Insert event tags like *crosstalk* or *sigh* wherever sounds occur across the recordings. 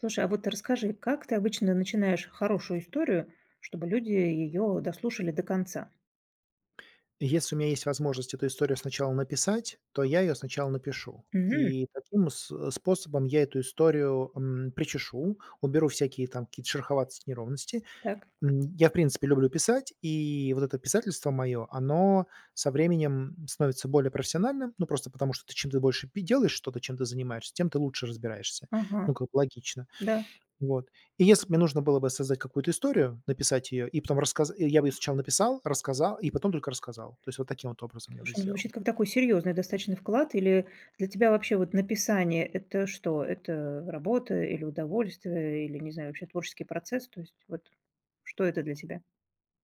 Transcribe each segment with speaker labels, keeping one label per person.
Speaker 1: Слушай, а вот расскажи, как ты обычно начинаешь хорошую историю, чтобы люди ее дослушали до конца?
Speaker 2: Если у меня есть возможность эту историю сначала написать, то я ее сначала напишу.
Speaker 1: Мгм.
Speaker 2: И таким способом я эту историю, причешу, уберу всякие там какие-то шероховатости, неровности.
Speaker 1: Так.
Speaker 2: Я, в принципе, люблю писать, и вот это писательство мое, оно со временем становится более профессиональным. Ну, просто потому что ты чем ты больше пи делаешь что-то, чем ты занимаешься, тем ты лучше разбираешься.
Speaker 1: Ага.
Speaker 2: Ну, как бы логично.
Speaker 1: Да.
Speaker 2: Вот. И если б мне нужно было бы создать какую-то историю, написать ее и потом рассказа я бы её сначала написал, рассказал и потом только рассказал. То есть вот таким вот образом я бы
Speaker 1: Слушай, ну
Speaker 2: сделал.
Speaker 1: звучит как такой серьезный достаточно вклад. Или для тебя вообще вот написание– это что? Это работа или удовольствие, или, не знаю, вообще творческий процесс? То есть вот что это для тебя?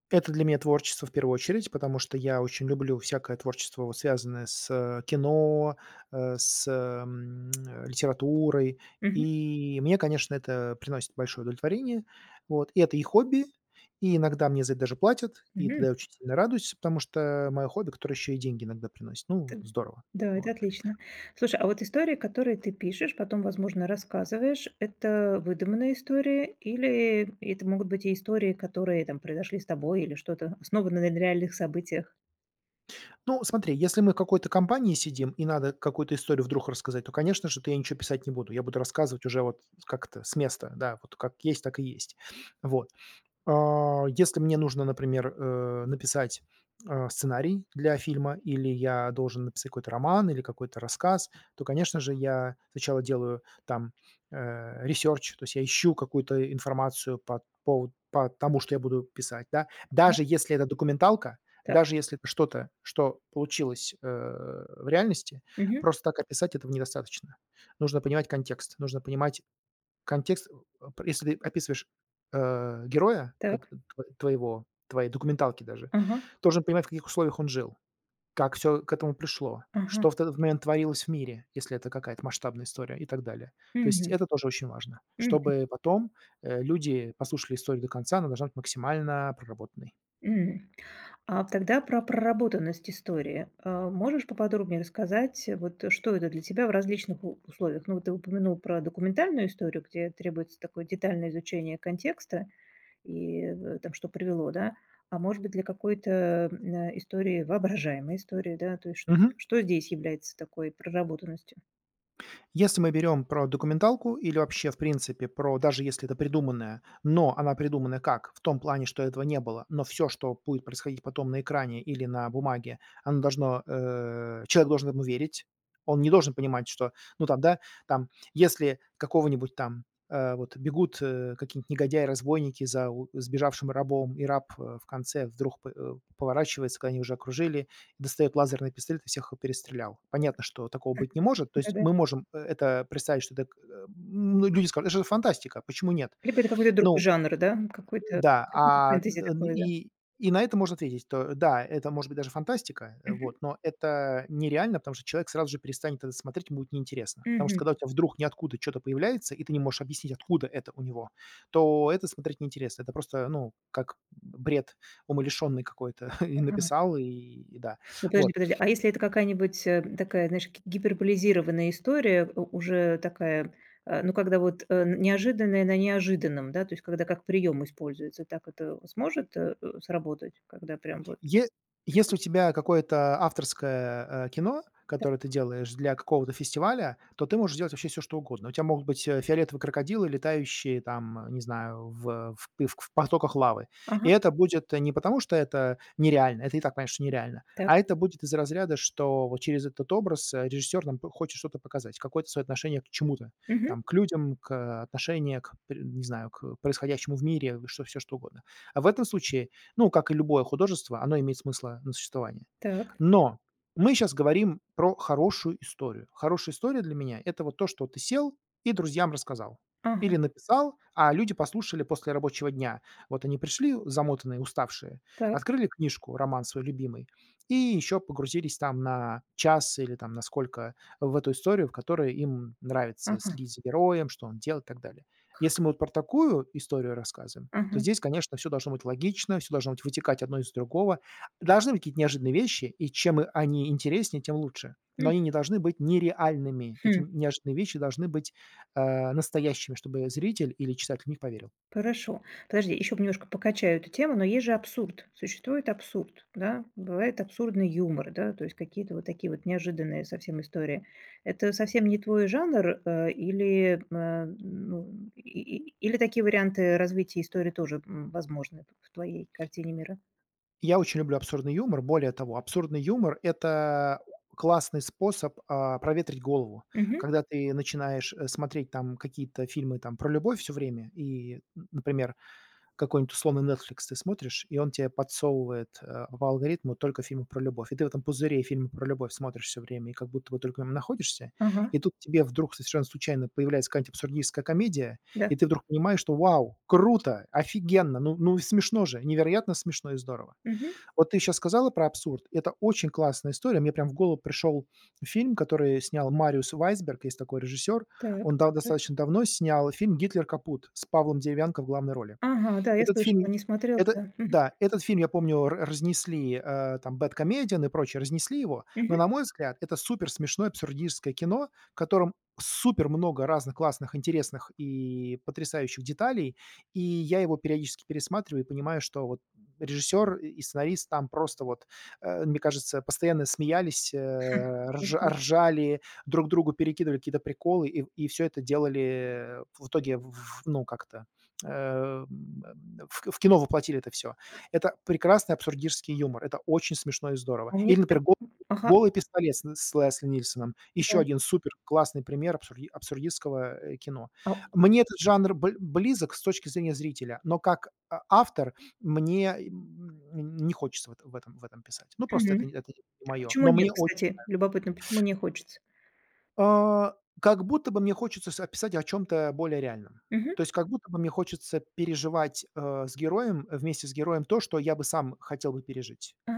Speaker 2: Это для меня творчество в первую очередь, потому что я очень люблю всякое творчество, вот связанное с кино, с литературой.
Speaker 1: Мгм.
Speaker 2: И мне, конечно, это приносит большое удовлетворение. Вот. И это и хобби, и иногда мне за это даже платят, и
Speaker 1: Мгм.
Speaker 2: тогда я очень сильно радуюсь, потому что мое хобби, которое еще и деньги иногда приносит. Ну,
Speaker 1: Т
Speaker 2: здорово.
Speaker 1: Да, это
Speaker 2: Вот.
Speaker 1: отлично. Слушай, а вот истории, которые ты пишешь, потом, возможно, рассказываешь, это выдуманные истории или это могут быть и истории, которые там произошли с тобой или что-то основано на реальных событиях?
Speaker 2: Ну, смотри, если мы в какой-то компании сидим и надо какую-то историю вдруг рассказать, то, конечно же, то я ничего писать не буду. Я буду рассказывать уже вот как-то с места, да, вот как есть, так и есть. Вот. А, если мне нужно, например, написать сценарий для фильма или я должен написать какой-то роман или какой-то рассказ, то, конечно же, я сначала делаю там, ресерч, то есть я ищу какую-то информацию по тому, что я буду писать, да.
Speaker 1: Ага,
Speaker 2: Даже если это документалка,
Speaker 1: так.
Speaker 2: даже если это что-то, что получилось, в реальности,
Speaker 1: Мгм.
Speaker 2: просто так описать этого недостаточно. Нужно понимать контекст, нужно понимать контекст, если ты описываешь, героя кот
Speaker 1: Так.
Speaker 2: тво твоего, твоей документалки даже,
Speaker 1: Ага.
Speaker 2: должен понимать, в каких условиях он жил, как все к этому пришло,
Speaker 1: Ага.
Speaker 2: что в этот момент творилось в мире, если это какая-то масштабная история и так далее. То есть
Speaker 1: Мгм.
Speaker 2: это тоже очень важно,
Speaker 1: Мгм.
Speaker 2: чтобы потом, люди послушали историю до конца, она должна быть максимально проработанной.
Speaker 1: М. А тогда про проработанность истории. А, можешь поподробнее рассказать, вот что это для тебя в различных у условиях? Ну, вот ты упомянул про документальную историю, где требуется такое детальное изучение контекста. И в там что привело, да. А может быть, для какой-то, истории, воображаемой истории, да, то есть ш
Speaker 2: Мгм.
Speaker 1: что здесь является такой проработанностью?
Speaker 2: Если мы берем про документалку или вообще, в принципе, про даже если это придуманная, но она придумана как? В том плане, что этого не было, но все, что будет происходить потом на экране или на бумаге, человек должен этому верить. Он не должен понимать, что, ну, там, да, там, если какого-нибудь там, вот бегут, какие-нибудь негодяи-разбойники за у сбежавшим рабом, и раб, в конце вдруг поворачивается, когда они уже окружили, достает лазерный пистолет и всех перестрелял. Понятно, что такого быть не может. То есть
Speaker 1: Да-да.
Speaker 2: мы можем, это представить, что это, ну, люди скажут: "Это же фантастика, почему нет?"
Speaker 1: Либо это какой-то другой
Speaker 2: Ну
Speaker 1: жанр, да, какой-то
Speaker 2: да,
Speaker 1: какой-то
Speaker 2: а,
Speaker 1: фэнтези
Speaker 2: н
Speaker 1: такое, да.
Speaker 2: и на это можно ответить, то да, это может быть даже фантастика,
Speaker 1: Мгм.
Speaker 2: вот, но это нереально, потому что человек сразу же перестанет это смотреть, ему будет неинтересно. Потому что
Speaker 1: Мгм.
Speaker 2: когда у тебя вдруг ниоткуда что то появляется, и ты не можешь объяснить, откуда это у него, то это смотреть неинтересно. Это просто, ну, как бред умалишенный какой-то *laughs* и
Speaker 1: Ага.
Speaker 2: написал, и да.
Speaker 1: Ну, подожди,
Speaker 2: Вот.
Speaker 1: подожди, а если это какая-нибудь, такая, знаешь, ги гиперболизированная история, у уже такая, ну, когда вот, неожиданное на неожиданном, да, то есть когда как прием используется, так это сможет, сработать, когда прям вот
Speaker 2: Е если у тебя какое-то авторское, кино,
Speaker 1: так?
Speaker 2: которое ты делаешь для какого-то фестиваля, то ты можешь делать вообще все что угодно. У тебя могут быть, фиолетовые крокодилы, летающие там, не знаю, в потоках лавы. И
Speaker 1: Ага,
Speaker 2: это будет не потому, что это нереально, это и так, конечно, нереально,
Speaker 1: так.
Speaker 2: а это будет из разряда, что вот через этот образ, режиссер нам п хочет что-то показать, какое-то свое отношение к чему-то,
Speaker 1: Мгм.
Speaker 2: там, к людям, отношение к пр не знаю, к происходящему в мире, что все что угодно. А в этом случае ну, как и любое художество, оно имеет смысла на существование.
Speaker 1: Так,
Speaker 2: Но мы сейчас говорим про хорошую историю. Хорошая история для меня — это вот то, что ты сел и друзьям рассказал
Speaker 1: ага,
Speaker 2: или написал, а люди послушали после рабочего дня. Вот они пришли замотанные, уставшие,
Speaker 1: так,
Speaker 2: открыли книжку, роман свой любимый, и еще погрузились там на час или там на сколько в эту историю, в которой им нравится
Speaker 1: ага,
Speaker 2: следить за героем, что он делает и так далее. Если мы вот про такую историю рассказываем, то
Speaker 1: ага,
Speaker 2: здесь, конечно, все должно быть логично, все должно быть вытекать одно из другого. Должны быть какие-то неожиданные вещи, и чем они интереснее, тем лучше. Но
Speaker 1: мгм.
Speaker 2: они не должны быть нереальными. Эти неожиданные вещи должны быть настоящими, чтобы зритель или читатель в них поверил.
Speaker 1: Хорошо. Подожди, еще немножко покачаю эту тему, но есть же абсурд. Существует абсурд, да? Бывает абсурдный юмор, да, то есть какие-то вот такие вот неожиданные совсем истории. Это совсем не твой жанр, или, ну, и или такие варианты развития истории тоже, возможны в твоей картине мира?
Speaker 2: Я очень люблю абсурдный юмор. Более того, абсурдный юмор — это классный способ проветрить голову.
Speaker 1: Мгм.
Speaker 2: Когда ты начинаешь смотреть там какие-то фильмы там про любовь все время и, н например, какой-нибудь условный Netflix ты смотришь, и он тебе подсовывает по алгоритму только фильмы про любовь. И ты в этом пузыре фильмы про любовь смотришь все время и как будто бы только в нём находишься.
Speaker 1: Ага,
Speaker 2: И тут тебе вдруг совершенно случайно появляется какая-нибудь абсурдистская комедия,
Speaker 1: да.
Speaker 2: и ты вдруг понимаешь, что вау, круто, офигенно, ну и смешно же, невероятно смешно и здорово.
Speaker 1: Мгм.
Speaker 2: Вот ты сейчас сказала про абсурд. Это очень классная история. Мне прям в голову пришел фильм, который снял Мариус Вайсберг, есть такой режиссер.
Speaker 1: Так,
Speaker 2: Он да достаточно давно снял фильм "Гитлер капут" с Павлом Деревянко в главной роли.
Speaker 1: ага, да, я
Speaker 2: Этот
Speaker 1: слышала,
Speaker 2: фильм
Speaker 1: не смотрела,
Speaker 2: это
Speaker 1: да.
Speaker 2: да, этот фильм, я помню, р разнесли, там Bad Comedian и прочее, разнесли его,
Speaker 1: Мгм,
Speaker 2: но, на мой взгляд, это супер смешное абсурдистское кино, в котором супер много разных классных, интересных и потрясающих деталей. И я его периодически пересматриваю и понимаю, что вот режиссер и сценарист там просто вот, мне кажется, постоянно смеялись, э, рж
Speaker 1: мгм.
Speaker 2: ржали, друг другу перекидывали какие-то приколы, и всё это делали в итоге в ну, как-то э, в кино воплотили это все. Это прекрасный абсурдистский юмор. Это очень смешно и здорово.
Speaker 1: А мне
Speaker 2: Или, например,
Speaker 1: тогда Ага,
Speaker 2: "Голый пистолет" с Лесли Нильсоном. Еще
Speaker 1: да.
Speaker 2: один супер классный пример абсурдистского кино.
Speaker 1: А,
Speaker 2: Мне этот жанр бл близок с точки зрения зрителя, но как автор мне, не хочется в этом писать. Ну, просто это
Speaker 1: мгм.
Speaker 2: не-
Speaker 1: А
Speaker 2: мое.
Speaker 1: почему нет, кстати? Любопытно, почему не хочется?
Speaker 2: А, как будто бы мне хочется с описать о чем то более реальном.
Speaker 1: Мгм.
Speaker 2: То есть как будто бы мне хочется переживать с героем, э, вместе с героем то, что я бы сам хотел бы пережить.
Speaker 1: А,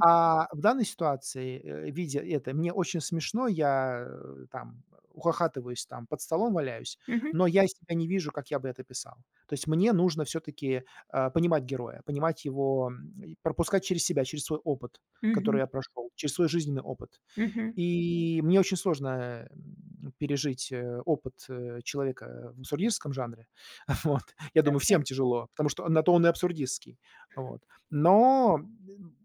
Speaker 2: А в данной ситуации, видя это, мне очень смешно, я, там ухахатываюсь, там под столом валяюсь,
Speaker 1: мгм,
Speaker 2: но я себя не вижу, как я бы это писал. То есть мне нужно все таки понимать героя, понимать его, и пропускать через себя, через свой опыт,
Speaker 1: мгм,
Speaker 2: который я прошел, через свой жизненный опыт.
Speaker 1: мгм.
Speaker 2: И мне очень сложно, пережить опыт человека в абсурдистском жанре. *laughs* Вот. Я думаю,
Speaker 1: Так,
Speaker 2: всем тяжело, потому что на то он и абсурдистский. Вот. Но, м,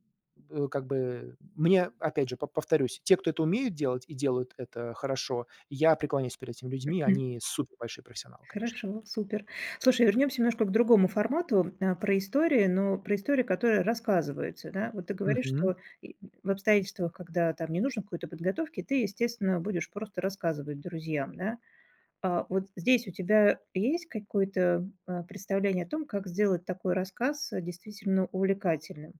Speaker 2: э, как бы мне, опять же, по повторюсь, те, кто это умеют делать и делают это хорошо, я преклоняюсь перед этими людьми.
Speaker 1: м,
Speaker 2: Они супер большие профессионалы, конечно.
Speaker 1: хорошо, супер. Слушай, вернемся немножко к другому формату, про истории, но про истории, которые рассказываются, да. Вот ты говоришь,
Speaker 2: Мгм.
Speaker 1: что и в обстоятельствах, когда там не нужно какой-то подготовки, ты, естественно, будешь просто рассказывать друзьям, да. А, вот здесь у тебя есть какое-то, представление о том, как сделать такой рассказ, действительно увлекательным?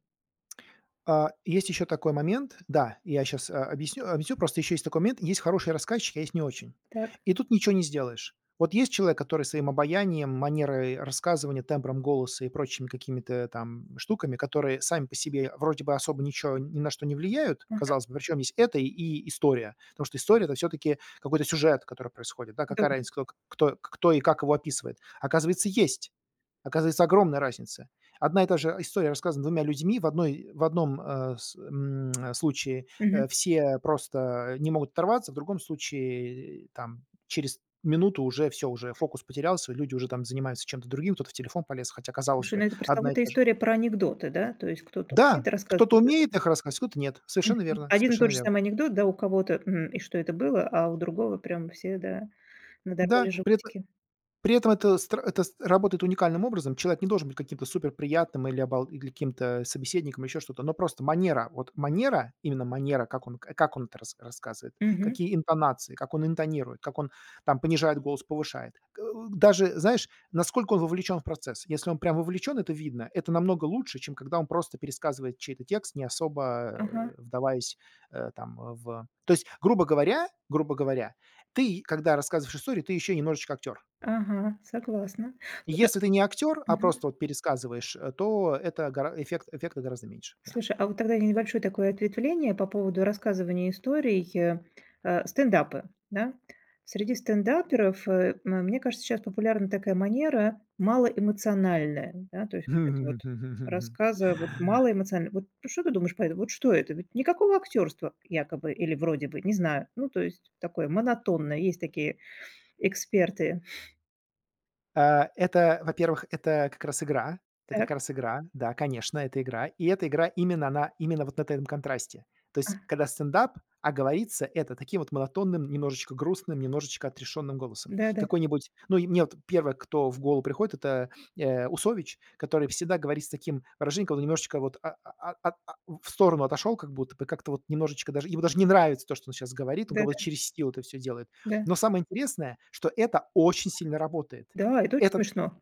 Speaker 2: А, есть еще такой момент. Да, я сейчас объясню. Просто еще есть такой момент. Есть хороший рассказчик, а есть не очень.
Speaker 1: Так.
Speaker 2: И тут ничего не сделаешь. Вот есть человек, который своим обаянием, манерой рассказывания, тембром голоса и прочими какими-то там штуками, которые сами по себе вроде бы особо ничего ни на что не влияют,
Speaker 1: М,
Speaker 2: казалось бы, причем есть это и история. Потому что история — это все-таки какой-то сюжет, который происходит, да,
Speaker 1: да.
Speaker 2: какая разница, кто и как его описывает. Оказывается, есть. Оказывается, огромная разница. Одна и та же история рассказана двумя людьми. В одном случае,
Speaker 1: Мгм.
Speaker 2: э, все просто не могут оторваться, в другом случае, там, через минуту уже все уже фокус потерялся, люди уже там занимаются чем-то другим, кто-то в телефон полез, хотя, казалось
Speaker 1: Слушай,
Speaker 2: бы,
Speaker 1: ну это
Speaker 2: одна и
Speaker 1: пресловутая
Speaker 2: та же
Speaker 1: история про анекдоты, да? То есть кто-то умеет
Speaker 2: Да,
Speaker 1: рассказывать.
Speaker 2: кто-то умеет их рассказывать, кто-то нет. Совершенно
Speaker 1: Мгм.
Speaker 2: верно,
Speaker 1: Один и
Speaker 2: совершенно
Speaker 1: тот же
Speaker 2: верно.
Speaker 1: самый анекдот, да, у кого-то: "М, и что это было?", а у другого прям все, да, надорвали
Speaker 2: Да, при эт
Speaker 1: животики.
Speaker 2: При этом это стра это с работает уникальным образом. Человек не должен быть каким-то суперприятным или обал или каким-то собеседником, еще что-то, но просто манера, вот манера, именно манера, как он это рассказывает,
Speaker 1: Мгм.
Speaker 2: какие интонации, как он интонирует, как он там понижает голос, повышает. Даже, знаешь, насколько он вовлечен в процесс. Если он прям вовлечен, это видно. Это намного лучше, чем когда он просто пересказывает чей-то текст, не особо,
Speaker 1: Ага,
Speaker 2: э, вдаваясь, э, там, э, в То есть, грубо говоря, ты, когда рассказываешь историю, ты еще немножечко актер.
Speaker 1: ага, согласна. Слушай
Speaker 2: Если ты не актер, а
Speaker 1: мгм.
Speaker 2: просто вот пересказываешь то это гора эффект эффекта гораздо меньше, да.
Speaker 1: Слушай, а вот тогда небольшое такое ответвление по поводу рассказывания историй, стендапы, да. Среди стендаперов, мне кажется, сейчас популярна такая манера малоэмоциональная, да, то есть вот это вот
Speaker 2: *laughs*
Speaker 1: рассказа вот малоэмоционально. Вот что ты думаешь по этому? Вот что это? Ведь никакого актерства якобы или вроде бы, не знаю. Ну, то есть такое монотонное. Есть такие эксперты.
Speaker 2: А, это, во-первых, это как раз игра. Это
Speaker 1: Так.
Speaker 2: как раз игра. Да, конечно, это игра. И эта игра именно она именно вот на этом контрасте. То
Speaker 1: А,
Speaker 2: есть, когда стендап, говорится это таким вот монотонным, немножечко грустным, немножечко отрешенным голосом.
Speaker 1: да-да,
Speaker 2: Какой-нибудь, ну, и мне вот первое, кто в голову приходит, это, Усович, который всегда говорит с таким выражением, когда он немножечко вот в сторону отошел, как будто бы как-то вот немножечко даже ему даже не нравится то, что он сейчас говорит, он
Speaker 1: да-да,
Speaker 2: как будто
Speaker 1: да.
Speaker 2: через силу это все делает.
Speaker 1: Да,
Speaker 2: Но самое интересное, что это очень сильно работает.
Speaker 1: да, это очень
Speaker 2: Этот
Speaker 1: смешно.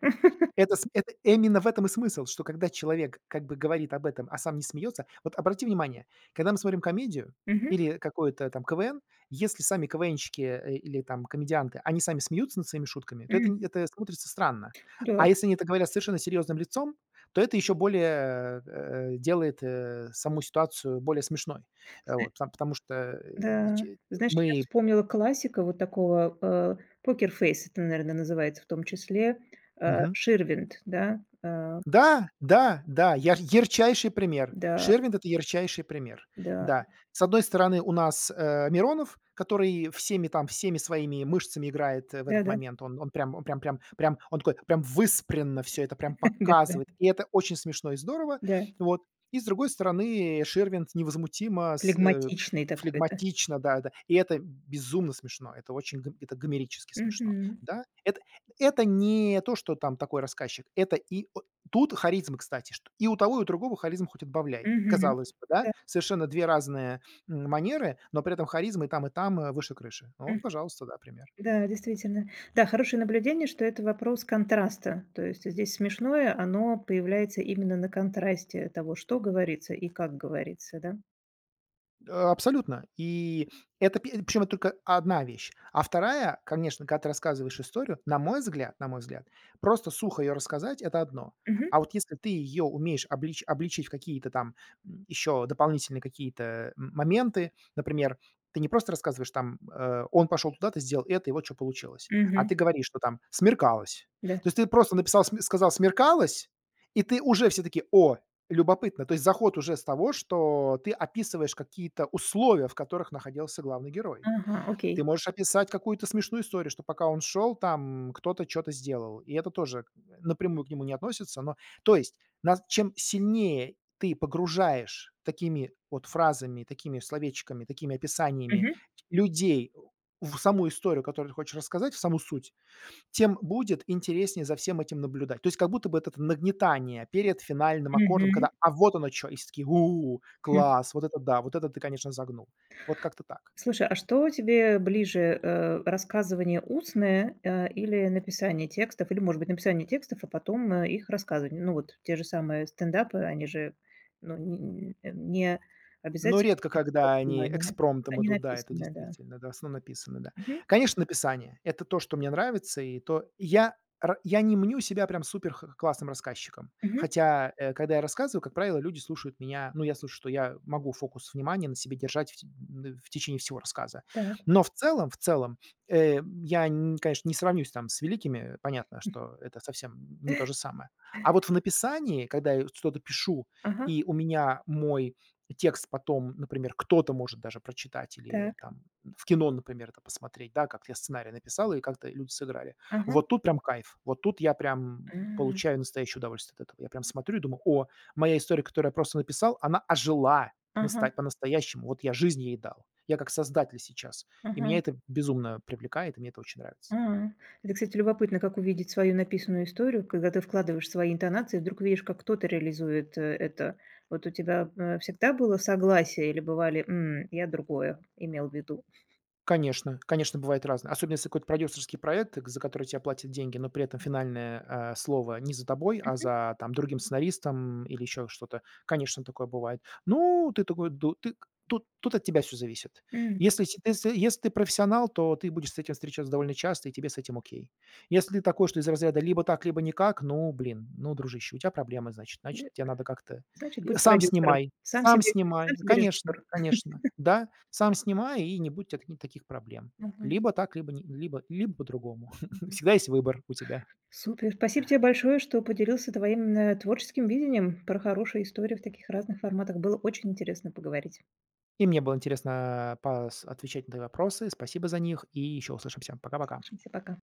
Speaker 2: это именно в этом и смысл, что когда человек как бы говорит об этом, а сам не смеется. Вот обрати внимание, когда мы смотрим комедию
Speaker 1: *laughs* Мгм,
Speaker 2: или какой-то там КВН, если сами КВНщики, или там комедианты, они сами смеются над своими шутками, то это не
Speaker 1: мгм,
Speaker 2: это смотрится странно.
Speaker 1: да.
Speaker 2: А если они это говорят совершенно серьезным лицом, то это еще более, делает, саму ситуацию более смешной. Вот, там потому что, э,
Speaker 1: Да.
Speaker 2: че
Speaker 1: Знаешь, я
Speaker 2: мы
Speaker 1: вспомнила классика вот такого, "Покер это, наверное, называется в том числе, Ширвинд, да,
Speaker 2: да, да, да, яр ярчайший пример.
Speaker 1: да,
Speaker 2: Ширвинд — это ярчайший пример.
Speaker 1: да,
Speaker 2: Да. С одной стороны, у нас, Миронов, который всеми там, всеми своими мышцами играет, в
Speaker 1: да-да,
Speaker 2: этот
Speaker 1: да-да,
Speaker 2: момент. Он такой прям выспренно все это прям
Speaker 1: *laughs* да, да,
Speaker 2: показывает, и это очень смешно и здорово.
Speaker 1: да,
Speaker 2: Вот. И с другой стороны, Ширвинд невозмутимо
Speaker 1: флегматичный такой, да.
Speaker 2: флегматично, да-да. И это безумно смешно, это очень гомерически смешно.
Speaker 1: Мгм,
Speaker 2: Да, это не то, что там такой рассказчик, это. И тут харизма, кстати, что и у того, и у другого харизма хоть отбавляй.
Speaker 1: мгм,
Speaker 2: Казалось бы, да,
Speaker 1: да,
Speaker 2: совершенно 2 разные, манеры, но при этом харизма и там, выше крыши. Ну
Speaker 1: м,
Speaker 2: вот, пожалуйста, да, пример.
Speaker 1: да, действительно. Да, хорошее наблюдение, что это вопрос контраста. То есть здесь смешное, оно появляется именно на контрасте того, что говорится и как говорится, да.
Speaker 2: А, абсолютно. И это пе причем это только одна вещь. А вторая, конечно, когда ты рассказываешь историю, на мой взгляд, просто сухо ее рассказать — это одно.
Speaker 1: Мгм,
Speaker 2: А вот если ты ее умеешь обличить в какие-то там, еще дополнительные какие-то, моменты, например, ты не просто рассказываешь там, "Он пошел туда, ты сделал это, и вот что получилось". А
Speaker 1: мгм,
Speaker 2: ты говоришь, что там: "Смеркалось".
Speaker 1: да.
Speaker 2: То есть ты просто написал сме сказал: "Смеркалось", и ты уже все таки: "О!" Любопытно. То есть заход уже с того, что ты описываешь какие-то условия, в которых находился главный герой.
Speaker 1: Ага, окей.
Speaker 2: Ты можешь описать какую-то смешную историю, что пока он шел, там кто-то что то сделал. И это тоже напрямую к нему не относится, но. То есть нас чем сильнее ты погружаешь такими вот фразами, такими словечками, такими описаниями
Speaker 1: Мгм.
Speaker 2: людей в саму историю, которую ты хочешь рассказать, в саму суть, тем будет интереснее за всем этим наблюдать. То есть как будто бы это нагнетание перед финальным аккордом,
Speaker 1: Мгм.
Speaker 2: когда: "А вот оно что". И все такие: "У,
Speaker 1: Хм.
Speaker 2: класс, вот это да, вот это ты, конечно, загнул". Вот как-то так.
Speaker 1: Слушай, а что тебе ближе, рассказывание устное, или написание текстов? Или, может быть, написание текстов, а потом, их рассказывание? Ну, вот те же самые стендапы, они же, ну, не
Speaker 2: Но
Speaker 1: обязательно
Speaker 2: редко,
Speaker 1: это
Speaker 2: когда
Speaker 1: текст, да,
Speaker 2: они
Speaker 1: они на
Speaker 2: экспромтом
Speaker 1: они
Speaker 2: идут, да, это
Speaker 1: написаны, да.
Speaker 2: действительно, да, в основном написано, да.
Speaker 1: Мгм,
Speaker 2: Конечно, написание — это то, что мне нравится, и то я р я не мню себя прям супер х классным рассказчиком.
Speaker 1: мгм.
Speaker 2: Хотя, когда я рассказываю, как правило, люди слушают меня, ну, я слушаю, что я могу фокус внимания на себе держать в те н в течение всего рассказа.
Speaker 1: Так,
Speaker 2: Но в целом, я, н конечно, не сравнюсь там с великими, понятно, что это совсем не то же самое. А вот в написании, когда я что-то пишу,
Speaker 1: ага,
Speaker 2: и у меня мой текст потом, например, кто-то может даже прочитать или
Speaker 1: так,
Speaker 2: там в кино, например, это посмотреть, да, как я сценарий написал и как-то люди сыграли.
Speaker 1: ага.
Speaker 2: Вот тут прям кайф. Вот тут я прям
Speaker 1: А,
Speaker 2: получаю настоящее удовольствие от этого. Я прям смотрю и думаю: "О, моя история, которую я просто написал, она ожила
Speaker 1: ага,
Speaker 2: наста по-настоящему. Вот я жизнь ей дал. Я как создатель сейчас". И
Speaker 1: ага.
Speaker 2: меня это безумно привлекает, и мне это очень нравится.
Speaker 1: А. Это, кстати, любопытно, как увидеть свою написанную историю, когда ты вкладываешь свои интонации, вдруг видишь, как кто-то реализует это. Вот у тебя всегда было согласие или бывали: «М, я другое имел в виду?»
Speaker 2: Конечно, конечно, бывает разное. Особенно если какой-то продюсерский проект, к за который тебе платят деньги, но при этом финальное, слово не за тобой, а за, там, другим сценаристом или еще что-то. Конечно, такое бывает. Ну, ты такой ду ты тут от тебя все зависит.
Speaker 1: М,
Speaker 2: Если си если если ты профессионал, то ты будешь с этим встречаться довольно часто, и тебе с этим окей. Если ты такой, что из разряда либо так, либо никак, ну, блин, ну, дружище, у тебя проблемы, значит. Значит,
Speaker 1: д-
Speaker 2: тебе надо как-то
Speaker 1: Значит,
Speaker 2: и
Speaker 1: будь
Speaker 2: сам
Speaker 1: продюсером.
Speaker 2: снимай,
Speaker 1: Сам
Speaker 2: сам
Speaker 1: себе, сам
Speaker 2: снимай.
Speaker 1: себе
Speaker 2: Конечно,
Speaker 1: режиссер.
Speaker 2: конечно. Да, сам снимай, и не будет у тя таких проблем.
Speaker 1: Мгм.
Speaker 2: Либо так, либо не либо либо по-другому. *laughs*
Speaker 1: Мгм.
Speaker 2: Всегда есть выбор у тебя.
Speaker 1: Супер. Спасибо тебе большое, что поделился твоим творческим видением про хорошие истории в таких разных форматах. Было очень интересно поговорить.
Speaker 2: И мне было интересно пас отвечать на твои вопросы. Спасибо за них, и еще услышимся. Пока-пока.
Speaker 1: Слышимся, пока.